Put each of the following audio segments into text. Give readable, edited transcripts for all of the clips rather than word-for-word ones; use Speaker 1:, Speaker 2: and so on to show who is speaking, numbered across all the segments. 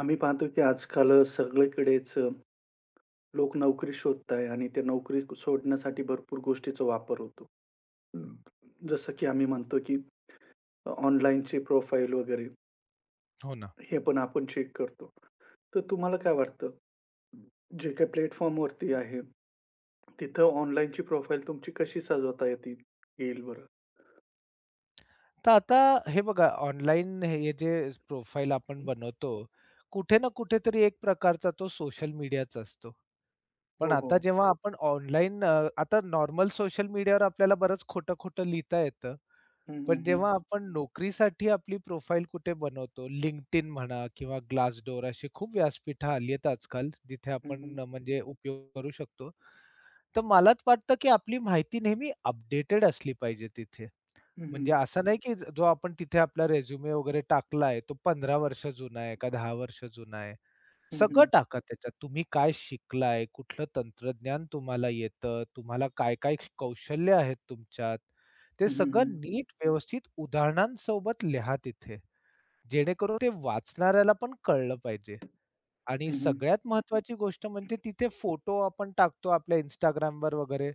Speaker 1: आम्ही पाहतो की आजकाल सगळीकडेच लोक नोकरी शोधताय आणि त्या नोकरी शोधण्यासाठी भरपूर गोष्टीचा वापर होतो. जसं की आम्ही म्हणतो की ऑनलाईनचे प्रोफाईल वगैरे
Speaker 2: हो ना.
Speaker 1: हे पण आपण चेक करतो. तर तुम्हाला काय वाटतं? जे काही प्लॅटफॉर्मवरती आहे, तिथं ऑनलाईनची प्रोफाईल तुमची कशी सजवता येतील येईल बरं?
Speaker 2: तर आता हे बघा ऑनलाईन हे जे प्रोफाईल आपण बनवतो, कुठे ना कुठेतरी एक प्रकारचा तो सोशल मीडियाचा असतो. पण
Speaker 1: हो, हो.
Speaker 2: आता जेव्हा हो. आपण ऑनलाईन आता नॉर्मल सोशल मीडियावर आपल्याला बरंच खोटं-खोटं लिहिता येतं.
Speaker 1: हं,
Speaker 2: पण
Speaker 1: हं.
Speaker 2: जेव्हा आपण नोकरीसाठी आपली प्रोफाईल कुठे बनवतो, LinkedIn म्हणा किंवा Glassdoor अशी खूप व्यासपीठं आली आहेत आजकाल, जिथे
Speaker 1: हं, हं.
Speaker 2: आपण म्हणजे उपयोग करू शकतो. तर मलाच वाटतं की आपली माहिती नेहमी अपडेटेड असली पाहिजे तिथे.
Speaker 1: हं, हं.
Speaker 2: म्हणजे असं नाही की जो आपण तिथे आपला रिझ्यूमे वगैरे टाकलाय तो 15 वर्ष जुना आहे का 10 वर्ष जुना आहे.
Speaker 1: हं, हं.
Speaker 2: सगळं टाका त्याच्यात. तुम्ही काय शिकलाय, कुठलं तंत्रज्ञान तुम्हाला येतं, तुम्हाला काय-काय कौशल्य आहेत तुमच्यात. ते
Speaker 1: हं, हं, हं.
Speaker 2: सगळं नीट व्यवस्थित उदाहरणांसोबत लिहा तिथे. जेणेकरून ते वाचणाऱ्याला पण कळलं पाहिजे. आणि
Speaker 1: हं, हं.
Speaker 2: सगळ्यात महत्वाची गोष्ट म्हणजे तिथे फोटो आपण टाकतो आपल्या Instagramवर वगैरे,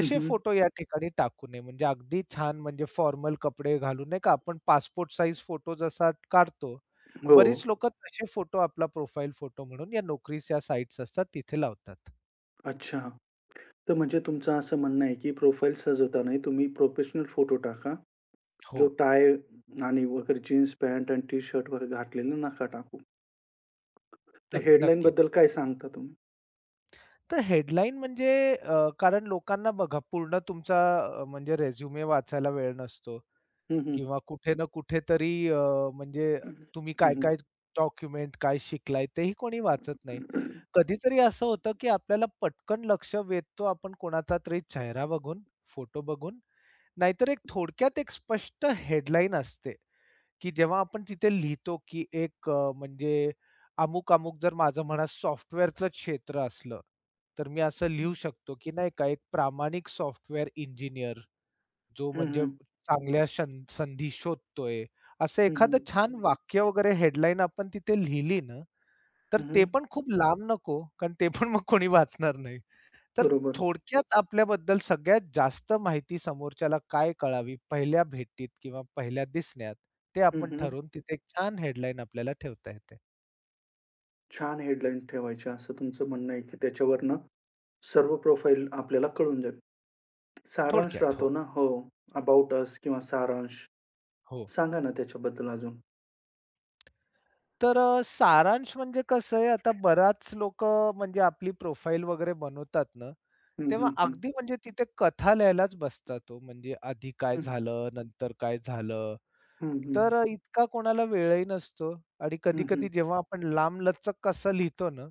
Speaker 1: हं, हं.
Speaker 2: फोटो या ठिकाणी टाकू नये. म्हणजे अगदी छान म्हणजे फॉर्मल कपडे घालून नाही का आपण पासपोर्ट साइज फोटो जसा काढतो,
Speaker 1: हो.
Speaker 2: बरीच लोकं तसे फोटो आपला प्रोफाइल फोटो म्हणून या नोकरीच्या साइट्स असतात तिथे लावतात.
Speaker 1: अच्छा. तर म्हणजे तुमचं असं म्हणणं आहे, की प्रोफाईल सजवताना तुम्ही प्रोफेशनल फोटो टाका.
Speaker 2: हो,
Speaker 1: जो टाय आणि वगैरे जीन्स पॅन्ट आणि टी-शर्ट वगैरे घातलेलं नका टाकू. तर
Speaker 2: नक्कीच.
Speaker 1: हेडलाईनबद्दल काय सांगता तुम्ही?
Speaker 2: तर हेडलाईन म्हणजे कारण लोकांना बघा पूर्ण तुमचा म्हणजे रिझ्युमे वाचायला वेळ नसतो.
Speaker 1: हं, हं.
Speaker 2: किंवा कुठे ना कुठेतरी म्हणजे तुम्ही
Speaker 1: हं, हं.
Speaker 2: काय-काय डॉक्युमेंट, काय शिकलाय तेही कोणी वाचत नाही. कधीतरी असं होतं, की आपल्याला पटकन लक्ष वेधतो आपण कोणाचा तरी चेहरा बघून, फोटो बघून. नाहीतर एक थोडक्यात एक स्पष्ट हेडलाईन असते, की जेव्हा आपण तिथे लिहितो, की एक म्हणजे अमुक-अमुक जर माझं म्हणा सॉफ्टवेअरचं क्षेत्र असलं, तर मी असं लिहू शकतो, की नाही का एक प्रामाणिक सॉफ्टवेअर इंजिनिअर जो
Speaker 1: हं,
Speaker 2: म्हणजे
Speaker 1: हं.
Speaker 2: चांगल्या संधी शोधतोय. असं
Speaker 1: हं,
Speaker 2: एखादं
Speaker 1: हं.
Speaker 2: छान वाक्य वगैरे हेडलाईन आपण तिथे लिहिली ना, तर
Speaker 1: हं,
Speaker 2: ते
Speaker 1: हं.
Speaker 2: पण खूप लांब नको, कारण ते पण मग कोणी वाचणार नाही. तर
Speaker 1: बरोबर.
Speaker 2: थोडक्यात आपल्याबद्दल सगळ्यात जास्त माहिती समोरच्याला काय कळावी पहिल्या भेटीत किंवा पहिल्या दिसण्यात, ते
Speaker 1: हं,
Speaker 2: आपण
Speaker 1: हं.
Speaker 2: ठरवून तिथे एक छान हेडलाईन आपल्याला ठेवता येते.
Speaker 1: छान हेडलाईन ठेवायची असं तुमचं म्हणणं आहे, की त्याच्यावरनं सर्व प्रोफाईल आपल्याला कळून जाईल. सारांश
Speaker 2: थोडक्यात. हो,
Speaker 1: राहतो ना हो. अबाउट अस किंवा सारांश.
Speaker 2: हो.
Speaker 1: सांगा ना त्याच्याबद्दल अजून?
Speaker 2: तर सारांश म्हणजे कसं आहे, आता बराच लोकं म्हणजे आपली प्रोफाईल वगैरे बनवतात ना,
Speaker 1: हं,
Speaker 2: तेव्हा
Speaker 1: हं, हं.
Speaker 2: अगदी म्हणजे तिथे कथा लिहायलाच बसता तो. म्हणजे आधी काय
Speaker 1: हं.
Speaker 2: झालं, नंतर काय झालं.
Speaker 1: हं, हं.
Speaker 2: तर इतका कोणाला वेळही नसतो आणि
Speaker 1: हं, हं.
Speaker 2: कधी-कधी जेव्हा आपण लांबलचक असं लिहितो ना,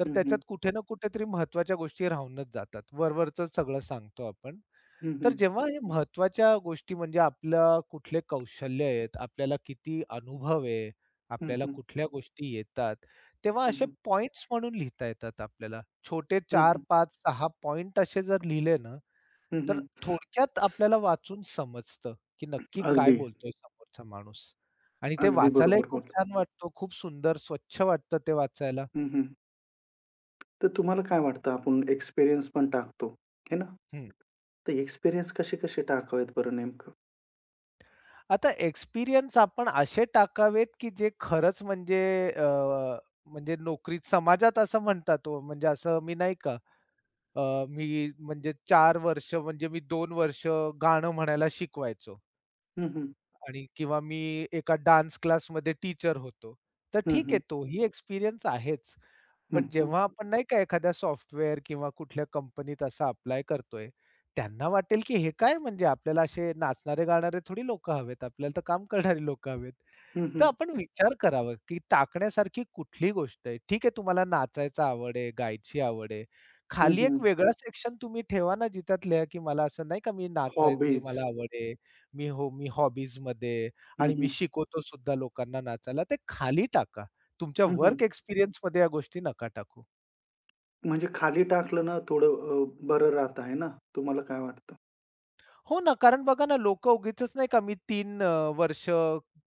Speaker 2: तर
Speaker 1: हं, हं.
Speaker 2: त्याच्यात कुठे ना कुठेतरी महत्त्वाच्या गोष्टी राहूनच जातात. वरवरचं सगळं सांगतो आपण.
Speaker 1: हं,
Speaker 2: तर
Speaker 1: हं.
Speaker 2: जेव्हा हे महत्वाच्या गोष्टी म्हणजे आपलं कुठले कौशल्य आहेत, आपल्याला किती अनुभव आहे,
Speaker 1: हं,
Speaker 2: आपल्याला
Speaker 1: हं.
Speaker 2: कुठल्या गोष्टी येतात, तेव्हा
Speaker 1: हं,
Speaker 2: असे
Speaker 1: हं.
Speaker 2: पॉइंट्स म्हणून लिहिता येतात आपल्याला. छोटे
Speaker 1: हं,
Speaker 2: 4,
Speaker 1: हं.
Speaker 2: 5, 6 पॉइंट असे जर लिहिले ना,
Speaker 1: हं,
Speaker 2: तर
Speaker 1: हं.
Speaker 2: थोडक्यात आपल्याला वाचून समजतं, की नक्की काय
Speaker 1: अगदी,
Speaker 2: बोलतोय समोरचा माणूस. आणि ते
Speaker 1: अगदी
Speaker 2: वाचायलाही
Speaker 1: बरोबर
Speaker 2: खूप
Speaker 1: बोलला.
Speaker 2: छान वाटतो, खूप सुंदर स्वच्छ वाटतं ते वाचायला.
Speaker 1: हं, हं. तर तुम्हाला काय वाटतं आपण एक्सपिरियन्स पण टाकतो, हे ना?
Speaker 2: हं.
Speaker 1: तर एक्सपिरियन्स कसे-कसे टाकावेत बरं नेमकं?
Speaker 2: आता एक्सपिरियन्स आपण असे टाकावेत, की जे खरंच म्हणजे अ, म्हणजे नोकरीत समाजात असं म्हणतात हो, म्हणजे असं मी नाही का अ, मी म्हणजे 4 वर्ष म्हणजे मी 2 वर्ष गाणं म्हणायला शिकवायचो
Speaker 1: हं, हं.
Speaker 2: आणि किंवा मी एका डान्स क्लासमध्ये टीचर होतो. तर
Speaker 1: हं,
Speaker 2: ठीक
Speaker 1: हं.
Speaker 2: आहे तोही एक्सपिरियन्स आहेच.
Speaker 1: हं,
Speaker 2: पण
Speaker 1: हं.
Speaker 2: जेव्हा आपण नाही का एखाद्या सॉफ्टवेअर किंवा कुठल्या कंपनीत असा अप्लाय करतोय, त्यांना वाटेल, की हे काय म्हणजे आपल्याला असे नाचणारे-गाणारे थोडी लोकं हवेत. आपल्याला तर काम करणारी लोकं हवेत.
Speaker 1: हं,
Speaker 2: तर
Speaker 1: हं.
Speaker 2: आपण विचार करावा, की टाकण्यासारखी कुठली गोष्ट आहे? ठीक आहे, तुम्हाला नाचायचा आवड आहे, गायची आवड आहे.
Speaker 1: हं,
Speaker 2: खाली एक
Speaker 1: हं.
Speaker 2: वेगळा सेक्शन तुम्ही ठेवा ना, जिच्यात लिहा, की मला असं नाही का मी नाचायची
Speaker 1: हॉबीज.
Speaker 2: मला आवड आहे. हो, मी हॉबीजमध्ये
Speaker 1: हं,
Speaker 2: आणि मी
Speaker 1: हं.
Speaker 2: शिकवतो सुद्धा लोकांना नाचायला. ते खाली टाका. तुमच्या
Speaker 1: हं, हं.
Speaker 2: वर्क एक्सपिरियन्समध्ये या गोष्टी नका टाकू.
Speaker 1: म्हणजे खाली टाकलं ना थोडं बरं राहतं आहे ना? तुम्हाला काय वाटतं?
Speaker 2: हो ना, कारण बघा ना, लोकं उगीचच नाही का मी 3 वर्ष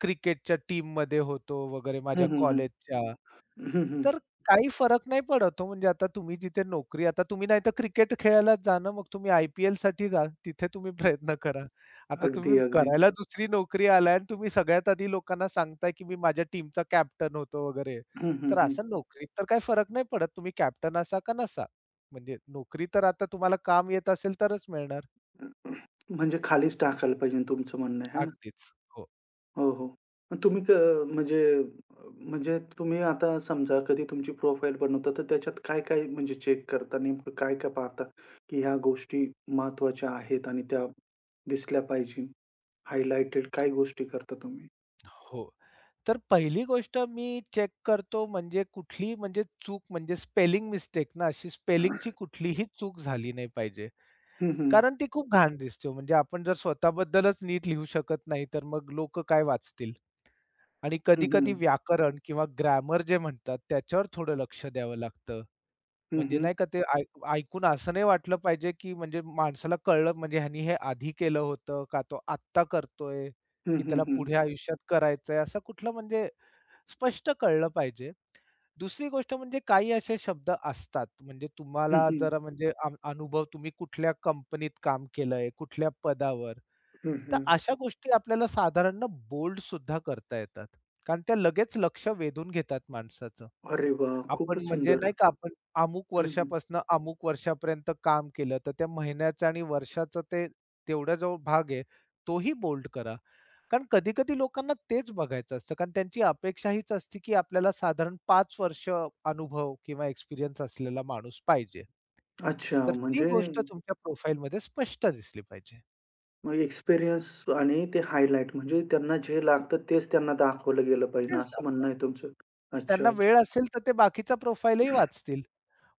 Speaker 2: क्रिकेटच्या टीममध्ये होतो वगैरे
Speaker 1: हं,
Speaker 2: माझ्या
Speaker 1: हं, हं.
Speaker 2: कॉलेजच्या.
Speaker 1: हं, हं.
Speaker 2: तर काही फरक नाही पडत हो. म्हणजे आता तुम्ही जिथे नोकरी आता तुम्ही नाहीतर क्रिकेट खेळायलाच जा ना, मग तुम्ही आय-पी-एलसाठी जा. तिथे तुम्ही
Speaker 1: हं.
Speaker 2: प्रयत्न करा. आता
Speaker 1: अगदी,
Speaker 2: तुम्ही
Speaker 1: अगदी.
Speaker 2: करायला दुसरी नोकरी आलाय आणि तुम्ही सगळ्यात आधी लोकांना सांगताय, की मी माझ्या टीमचा कॅप्टन होतो वगैरे.
Speaker 1: हं, हं,
Speaker 2: तर
Speaker 1: हं.
Speaker 2: असं नोकरीत तर काही फरक नाही पडत. तुम्ही कॅप्टन असा का नसा. म्हणजे नोकरी तर आता तुम्हाला काम येत असेल तरच मिळणार.
Speaker 1: म्हणजे खालीच टाकायला पाहिजे तुमचं म्हणणं आहे,
Speaker 2: अगदीच. हो,
Speaker 1: हो, हो. मग तुम्ही म्हणजे म्हणजे तुम्ही आता समजा कधी तुमची प्रोफाईल बनवता, तर त्याच्यात काय-काय म्हणजे चेक करता? नेमकं काय-काय पाहता, की ह्या गोष्टी महत्त्वाच्या आहेत आणि त्या दिसल्या पाहिजे? हायलाइटेड काय गोष्टी करता तुम्ही?
Speaker 2: हो. तर पहिली गोष्ट मी चेक करतो म्हणजे कुठली म्हणजे चूक म्हणजे स्पेलिंग मिस्टेक ना, अशी स्पेलिंगची कुठलीही चूक झाली नाही पाहिजे.
Speaker 1: हं, हं.
Speaker 2: कारण ती खूप घाण दिसते. हो. म्हणजे आपण जर स्वतःबद्दलच नीट लिहू शकत नाही, तर मग लोक काय वाचतील? आणि
Speaker 1: हं,
Speaker 2: कधी-कधी
Speaker 1: हं.
Speaker 2: व्याकरण किंवा ग्रामर जे म्हणतात, त्याच्यावर थोडं लक्ष द्यावं लागतं.
Speaker 1: हं,
Speaker 2: म्हणजे
Speaker 1: हं.
Speaker 2: नाही का ते ऐकून असं नाही वाटलं पाहिजे, की म्हणजे माणसाला कळलं म्हणजे ह्यानी हे आधी केलं होतं, का तो आत्ता करतोय,
Speaker 1: हं,
Speaker 2: की
Speaker 1: हं,
Speaker 2: त्याला
Speaker 1: हं.
Speaker 2: पुढे आयुष्यात करायचंय, असा कुठला म्हणजे स्पष्ट कळलं पाहिजे. दुसरी गोष्ट म्हणजे काही असे शब्द असतात, म्हणजे
Speaker 1: हं,
Speaker 2: तुम्हाला
Speaker 1: हं.
Speaker 2: जरा म्हणजे अनुभव तुम्ही कुठल्या कंपनीत काम केलंय, कुठल्या पदावर.
Speaker 1: हं,
Speaker 2: तर
Speaker 1: हं.
Speaker 2: अशा गोष्टी आपल्याला साधारण बोल्ड सुद्धा करता येतात. कारण त्या लगेच लक्ष वेधून घेतात माणसाचं.
Speaker 1: अरे वाह! खूपच
Speaker 2: आपण म्हणजे
Speaker 1: सुंदर.
Speaker 2: नाही का आपण अमुक
Speaker 1: हं, हं.
Speaker 2: वर्षापासून अमुक वर्षापर्यंत काम केलं, तर त्या महिन्याचा आणि वर्षाचा ते तेवढा जो भाग आहे, तोही बोल्ड करा. कारण कधी-कधी लोकांना तेच बघायचं असतं. कारण त्यांची अपेक्षा हीच असते, की आपल्याला साधारण 5 वर्ष अनुभव किंवा एक्सपिरियन्स असलेला माणूस पाहिजे.
Speaker 1: अच्छा
Speaker 2: तर ती
Speaker 1: म्हणजे
Speaker 2: गोष्ट तुमच्या प्रोफाईलमध्ये स्पष्ट दिसली पाहिजे.
Speaker 1: मग एक्सपिरियन्स आणि ते हायलाइट म्हणजे त्यांना जे लागतं तेच त्यांना दाखवलं गेलं पाहिजे
Speaker 2: तेच
Speaker 1: असं
Speaker 2: दाखवा.
Speaker 1: म्हणणं आहे तुमचं. अच्छा,
Speaker 2: त्यांना वेळ
Speaker 1: अच्छा.
Speaker 2: असेल तर ते बाकीचा प्रोफाईलही वाचतील.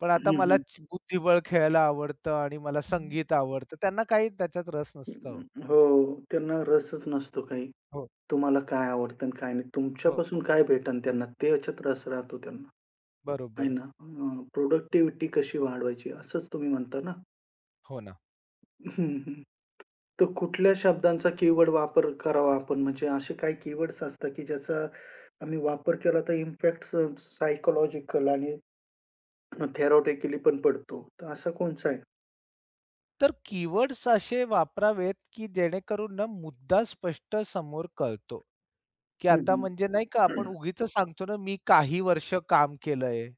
Speaker 2: पण आता
Speaker 1: हं,
Speaker 2: मला
Speaker 1: हं.
Speaker 2: च बुद्धिबळ खेळायला आवडतं आणि मला संगीत आवडतं. त्यांना काही त्याच्यात रस नसतो. हो,
Speaker 1: हो, त्यांना रसच नसतो काही.
Speaker 2: हो.
Speaker 1: तुम्हाला काय आवडतं आणि काय नाही.
Speaker 2: हो.
Speaker 1: तुमच्यापासून काय भेटन त्यांना त्याच्यात रस राहतो त्यांना, आहे
Speaker 2: बरोबर.
Speaker 1: ना? प्रोडक्टिव्हिटी कशी वाढवायची असंच तुम्ही म्हणता ना?
Speaker 2: हो ना.
Speaker 1: हं, हं. तर कुठल्या शब्दांचा कीवर्ड वापर करावा आपण? म्हणजे असे काही कीवर्ड्स असतात की ज्याचा आम्ही वापर केला तर इम्पॅक्ट आणि थेरॉटिकली पण पडतो. तर असा कोणचा आहे?
Speaker 2: तर कीवर्ड्स असे वापरावेत, की जेणेकरून ना मुद्दा स्पष्ट समोर कळतो, की
Speaker 1: हं,
Speaker 2: आता
Speaker 1: हं.
Speaker 2: म्हणजे नाही का आपण उगीचच सांगतो ना, मी काही वर्ष काम केलंय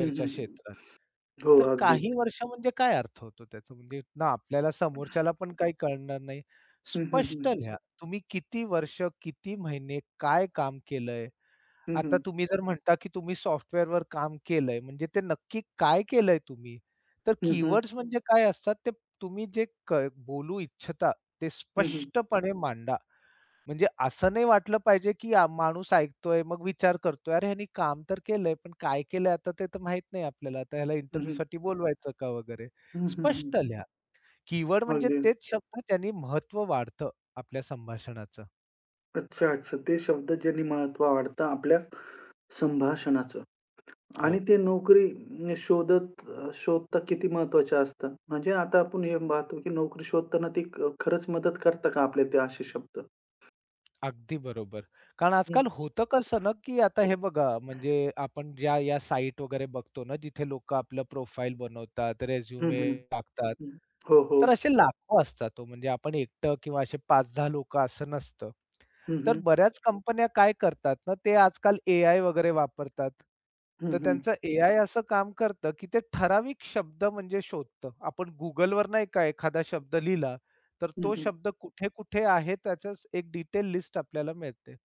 Speaker 1: हं, हं.
Speaker 2: क्षेत्रात.
Speaker 1: हो,
Speaker 2: तर
Speaker 1: अगदीच.
Speaker 2: काही वर्ष म्हणजे काय अर्थ होतो त्याचा? म्हणजे ना आपल्याला समोरच्याला पण काही कळणार नाही.
Speaker 1: हं, हं,
Speaker 2: स्पष्ट
Speaker 1: हं.
Speaker 2: लिहा. तुम्ही किती वर्ष, किती महिने, काय काम केलंय?
Speaker 1: हं,
Speaker 2: आता
Speaker 1: हं.
Speaker 2: तुम्ही जर म्हणता, की तुम्ही सॉफ्टवेअरवर काम केलंय, म्हणजे ते नक्की काय केलंय तुम्ही? तर
Speaker 1: हं, हं.
Speaker 2: कीवर्ड्स म्हणजे काय असतात, ते तुम्ही जे क बोलू इच्छिता, ते
Speaker 1: हं, हं.
Speaker 2: स्पष्टपणे मांडा. म्हणजे असं नाही वाटलं पाहिजे, की माणूस ऐकतोय, मग विचार करतोय, "अरे, ह्यानी काम तर केलंय, पण काय केलंय आता ते तर माहीत नाही आपल्याला. आता ह्याला
Speaker 1: हं, हं.
Speaker 2: इंटरव्ह्यूसाठी बोलवायचं का वगैरे?"
Speaker 1: हं, हं, हं.
Speaker 2: स्पष्ट लिहा. कीवर्ड म्हणजे
Speaker 1: अगदी.
Speaker 2: तेच शब्द, त्यांनी महत्त्व वाढतं आपल्या संभाषणाचं.
Speaker 1: अच्छा, अच्छा. ते शब्दजन्य महत्त्व वाढतं आपल्या संभाषणाचं आणि
Speaker 2: हो.
Speaker 1: ते नोकरी शोधता किती महत्त्वाच्या असतात? म्हणजे आता आपण हे पाहतो, की नोकरी शोधताना ती खरंच मदत करतात का आपल्याला ते असे शब्द?
Speaker 2: अगदी बरोबर. कारण आजकाल
Speaker 1: हं.
Speaker 2: होतं कसं ना, की आता हे बघा म्हणजे आपण ज्या या साइट वगैरे बघतो ना, जिथे लोकं आपलं प्रोफाईल बनवतात,
Speaker 1: हं,
Speaker 2: रिझ्युमे
Speaker 1: हं.
Speaker 2: टाकतात.
Speaker 1: हं. हो, हो.
Speaker 2: तर असे लाखो असतात तो म्हणजे आपण एकटं किंवा असे 5-10 लोकं असं नसतं.
Speaker 1: हं,
Speaker 2: तर
Speaker 1: हं.
Speaker 2: बऱ्याच कंपन्या काय करतात ना, ते आजकाल एआय वगैरे वापरतात.
Speaker 1: हं,
Speaker 2: तर
Speaker 1: हं.
Speaker 2: त्यांचं एआय असं काम करतं, की ते ठराविक शब्द म्हणजे शोधतं. आपण Googleवर नाही का एखादा शब्द लिहिला तर
Speaker 1: हं,
Speaker 2: तो
Speaker 1: हं.
Speaker 2: शब्द कुठे-कुठे आहे त्याचं एक डिटेल लिस्ट आपल्याला मिळते.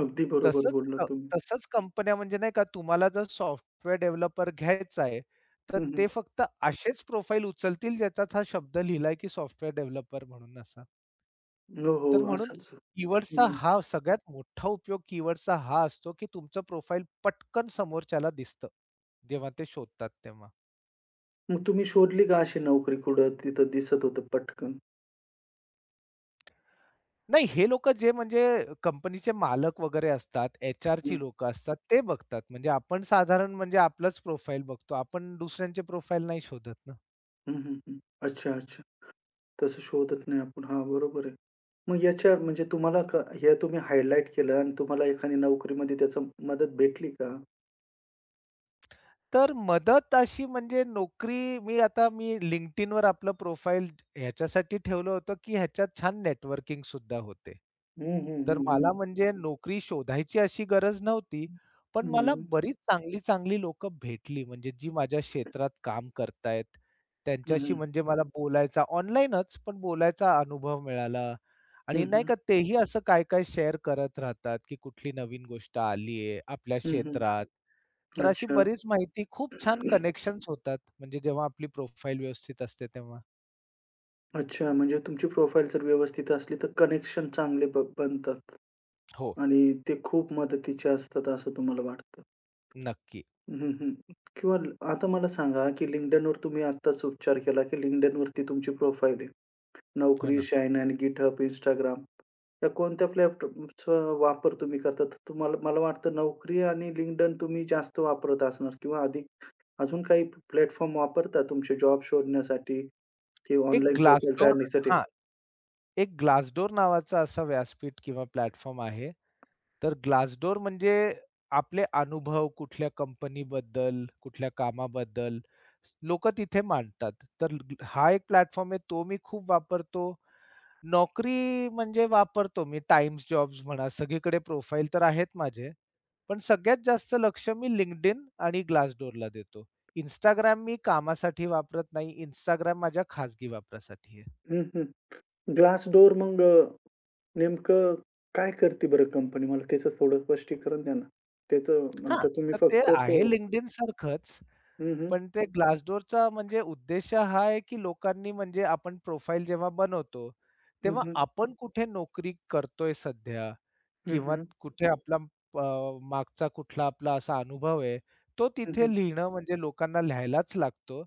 Speaker 1: अगदी बरोबर
Speaker 2: तसंच अ,
Speaker 1: बोललात तुम्ही.
Speaker 2: तसंच कंपन्या म्हणजे नाही का तुम्हाला जर सॉफ्टवेअर डेव्हलपर घ्यायचा आहे, तर
Speaker 1: हं, हं.
Speaker 2: ते फक्त असेच प्रोफाईल उचलतील ज्याच्यात हा शब्द लिहिलाय की सॉफ्टवेअर डेव्हलपर म्हणून असा.
Speaker 1: हो, हो.
Speaker 2: तर म्हणून
Speaker 1: असंच. हं,
Speaker 2: कीवर्डचा
Speaker 1: हं.
Speaker 2: हा सगळ्यात मोठा उपयोग कीवर्डचा हा असतो की तुमचं प्रोफाइल पटकन समोरच्याला दिसतं, जेव्हा ते शोधतात तेव्हा.
Speaker 1: मग तुम्ही शोधली का अशी नोकरी कुठं तिथं दिसत होतं पटकन?
Speaker 2: नाही, हे लोकं जे म्हणजे कंपनीचे मालक वगैरे असतात, एच ची
Speaker 1: हं.
Speaker 2: लोकं असतात, ते बघतात. म्हणजे आपण साधारण म्हणजे आपलंच प्रोफाईल बघतो. आपण दुसऱ्यांचे प्रोफाईल नाही शोधत ना.
Speaker 1: हं, हं, हं. अच्छा, अच्छा. तसं शोधत नाही आपण. हां, बरोबर आहे. मग याच्या म्हणजे तुम्हाला हे तुम्ही हायलाइट केलं आणि तुम्हाला एखादी नोकरीमध्ये त्याच मदत भेटली का?
Speaker 2: तर मदत अशी म्हणजे नोकरी मी आता मी LinkedInवर आपलं प्रोफाईल ह्याच्यासाठी ठेवलं होतं, की ह्याच्यात छान नेटवर्किंग सुद्धा होते.
Speaker 1: हं, हं,
Speaker 2: तर
Speaker 1: हं, हं.
Speaker 2: मला म्हणजे नोकरी शोधायची अशी गरज नव्हती. पण
Speaker 1: हं.
Speaker 2: मला बरीच चांगली-चांगली लोकं भेटली म्हणजे जी माझ्या क्षेत्रात काम करतायत.
Speaker 1: हं,
Speaker 2: त्यांच्याशी
Speaker 1: हं.
Speaker 2: म्हणजे मला बोलायचा ऑनलाईनच पण बोलायचा अनुभव मिळाला.
Speaker 1: हं,
Speaker 2: आणि नाही
Speaker 1: हं.
Speaker 2: का तेही असं काय-काय शेअर करत राहतात, की कुठली नवीन गोष्ट आली आपल्या
Speaker 1: हं, हं.
Speaker 2: क्षेत्रात. तर अशी
Speaker 1: अच्छा.
Speaker 2: बरीच माहिती खूप छान कनेक्शन्स होतात, म्हणजे जेव्हा आपली प्रोफाईल व्यवस्थित असते तेव्हा.
Speaker 1: अच्छा, म्हणजे तुमची प्रोफाईल जर व्यवस्थित असली तर कनेक्शन चांगले बनतात
Speaker 2: हो,
Speaker 1: आणि ते खूप मदतीचे असतात असं तुम्हाला वाटतं.
Speaker 2: नक्की.
Speaker 1: हं, हं. आता मला सांगा, की LinkedInवर तुम्ही आत्ताच उपचार केला, की LinkedInवरती तुमची प्रोफाईल आहे.
Speaker 2: हो
Speaker 1: Naukri,
Speaker 2: ना.
Speaker 1: Shinehack, GitHub, Instagram या कोणत्या प्लॅटफॉर्मचा वापर तुम्ही करता? तर तुम्हाला मला वाटतं Naukri आणि LinkedIn तुम्ही जास्त वापरत असणार किंवा अधिक अजून काही प्लॅटफॉर्म वापरता तुमचे जॉब शोधण्यासाठी किंवा
Speaker 2: एक
Speaker 1: ऑनलाईन प्रोफाईल तयार
Speaker 2: ग्लासडोर हां, एक Glassdoor नावाचा असा व्यासपीठ किंवा प्लॅटफॉर्म आहे. तर ग्लासडोर म्हणजे आपले अनुभव कुठल्या कंपनीबद्दल, कुठल्या कामाबद्दल लोकं तिथे मांडतात. तर हा एक प्लॅटफॉर्म आहे, तो मी खूप वापरतो. नोकरी म्हणजे वापरतो मी टाइम्स जॉब्स म्हणा, सगळीकडे प्रोफाइल तर आहेत माझे. पण सगळ्यात जास्त लक्ष मी LinkedIn आणि Glassdoorला देतो. इंस्टाग्राम मी कामासाठी वापरत नाही. इंस्टाग्राम माझ्या खाजगी वापरासाठी आहे.
Speaker 1: हं, हं. Glassdoor मग नेमकं काय करते बरं कंपनी? मला त्याचं थोडं स्पष्टीकरण द्या ना. त्याचं
Speaker 2: हां.
Speaker 1: म्हणता तुम्ही
Speaker 2: तर ते
Speaker 1: फक्त प्रो
Speaker 2: आहे LinkedIn सारखंच,
Speaker 1: हं, हं.
Speaker 2: पण ते Glassdoorचा म्हणजे उद्देश हा आहे, की लोकांनी म्हणजे आपण प्रोफाइल जेव्हा बनवतो,
Speaker 1: हं,
Speaker 2: तेव्हा
Speaker 1: हं.
Speaker 2: आपण कुठे नोकरी करतोय सध्या
Speaker 1: हं,
Speaker 2: किंवा
Speaker 1: हं.
Speaker 2: कुठे आपला मागचा कुठला आपला असा अनुभव आहे, तो
Speaker 1: हं, हं.
Speaker 2: तिथे लिहिणं म्हणजे लोकांना लिहायलाच लागतो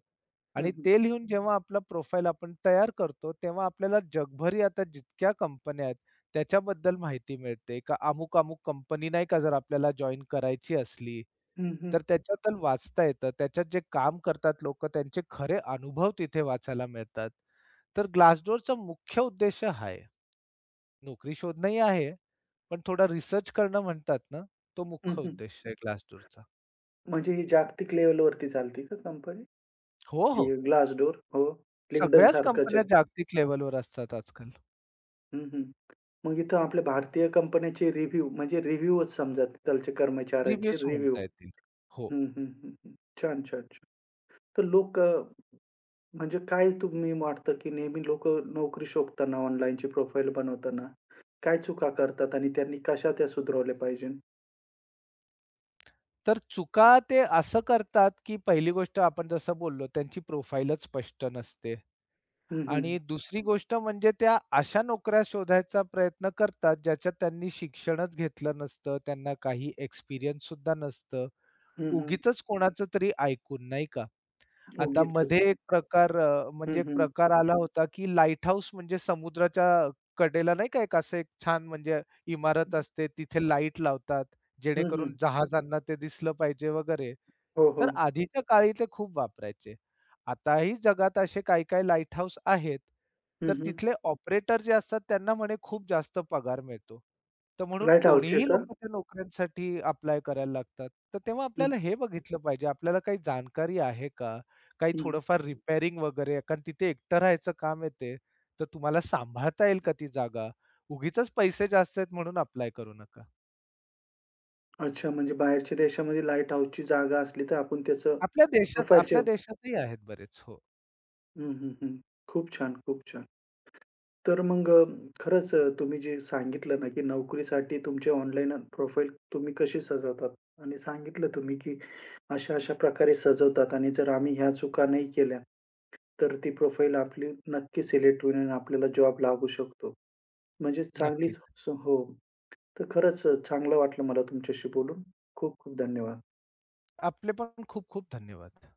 Speaker 1: हं,
Speaker 2: आणि
Speaker 1: हं.
Speaker 2: ते लिहून जेव्हा आपला प्रोफाइल आपण तयार करतो, तेव्हा आपल्याला जगभरी आता जितक्या कंपन्या आहेत, त्याच्याबद्दल माहिती मिळते. का अमुक-अमुक कंपनी नाही का जर आपल्याला जॉइन करायची असली,
Speaker 1: हं, हं.
Speaker 2: तर त्याच्याबद्दल वाचता येतं. त्याच्यात जे काम करतात लोकं, त्यांचे खरे अनुभव तिथे वाचायला मिळतात. तर Glassdoorचा मुख्य उद्देश हा आहे, नोकरी शोधणंही आहे पण थोडा रिसर्च करणं म्हणतात ना, तो
Speaker 1: हं,
Speaker 2: मुख्य
Speaker 1: हं.
Speaker 2: उद्देश आहे Glassdoorचा.
Speaker 1: म्हणजे ही जागतिक लेव्हलवरती चालते का कंपनी?
Speaker 2: हो,
Speaker 1: हे
Speaker 2: हो.
Speaker 1: Glassdoor हो. LinkedIn
Speaker 2: सगळ्याच
Speaker 1: सारखंच
Speaker 2: कंपन्या जागतिक लेव्हलवर असतात आजकाल.
Speaker 1: हं, हं. मग इथं आपल्या भारतीय कंपन्याचे रिव्ह्यू म्हणजे रिव्ह्यूच समजा तिथलचे कर्मचाऱ्यांचे
Speaker 2: रिव्ह्यूज
Speaker 1: रिव्ह्यू.
Speaker 2: म्हणता येतील. हो.
Speaker 1: हं, हं, हं, हं. छान, छान, छान. तर लोक म्हणजे काय तुम्ही वाटतं, की नेहमी लोक नोकरी शोधताना ऑनलाईनची प्रोफाईल बनवताना काय चुका करतात आणि त्यांनी कशा त्या सुधारवल्या पाहिजे?
Speaker 2: तर चुका ते असं करतात, की पहिली गोष्ट आपण जसं बोललो त्यांची प्रोफाईलच स्पष्ट नसते
Speaker 1: हं, हं.
Speaker 2: आणि दुसरी गोष्ट म्हणजे त्या अशा नोकऱ्या शोधायचा प्रयत्न करतात, ज्याच्यात त्यांनी शिक्षणच घेतलं नसतं, त्यांना काही एक्सपिरियन्स सुद्धा नसतं.
Speaker 1: हं, हं.
Speaker 2: उगीचच कोणाचं तरी ऐकून, नाही का? आता
Speaker 1: उगीचच.
Speaker 2: मध्ये एक प्रकार म्हणजे
Speaker 1: हं,
Speaker 2: एक
Speaker 1: हं.
Speaker 2: प्रकार आला होता, की लाईट हाऊस म्हणजे समुद्राच्या कडेला नाही का एक असं एक छान म्हणजे इमारत असते, तिथे लाईट लावतात,
Speaker 1: हं,
Speaker 2: जेणेकरून
Speaker 1: हं.
Speaker 2: जहाजांना ते दिसलं पाहिजे वगैरे.
Speaker 1: हो, हो.
Speaker 2: तर आधीच्या काळी ते खूप वापरायचे. आताही जगात असे काही-काही लाईट हाऊस आहेत.
Speaker 1: हं,
Speaker 2: तर
Speaker 1: हं.
Speaker 2: तिथले ऑपरेटर जे असतात त्यांना म्हणे खूप जास्त पगार मिळतो. तर म्हणून
Speaker 1: लाईट हाऊसची आहे
Speaker 2: कोणीही
Speaker 1: का?
Speaker 2: लोकं त्या नोकऱ्यांसाठी अप्लाय करायला लागतात. तर तेव्हा
Speaker 1: हं,
Speaker 2: आपल्याला हे बघितलं पाहिजे, आपल्याला काही जाणकारी आहे का? काही
Speaker 1: हं.
Speaker 2: थोडंफार रिपेअरिंग वगैरे कारण तिथे एकटं राहायचं काम येते. तर तुम्हाला सांभाळता येईल का ती जागा? उगीचच पैसे जास्त आहेत म्हणून अप्लाय करू नका.
Speaker 1: अच्छा म्हणजे बाहेरच्या देशामध्ये लाईट हाऊसची जागा असली तर आपण त्याचं
Speaker 2: आपल्या देशात
Speaker 1: प्रोफाईलच्या
Speaker 2: आपल्या देशातही आहेत बरेच. हो,
Speaker 1: हं, हं, हं. खूप छान, खूप छान. तर मग खरंच तुम्ही जे सांगितलं ना, की नोकरीसाठी तुमचे ऑनलाईन प्रोफाईल तुम्ही कशी सजवतात आणि सांगितलं तुम्ही, की अशा-अशा प्रकारे सजवतात आणि जर आम्ही ह्या चुका नाही केल्या, तर ती प्रोफाईल आपली नक्की सिलेक्ट होईल आणि आपल्याला जॉब लागू शकतो. म्हणजे चांगलीच
Speaker 2: नक्कीच.
Speaker 1: हो. तर खरंच चांगलं वाटलं मला तुमच्याशी बोलून. खूप खूप धन्यवाद.
Speaker 2: आपले पण खूप खूप धन्यवाद.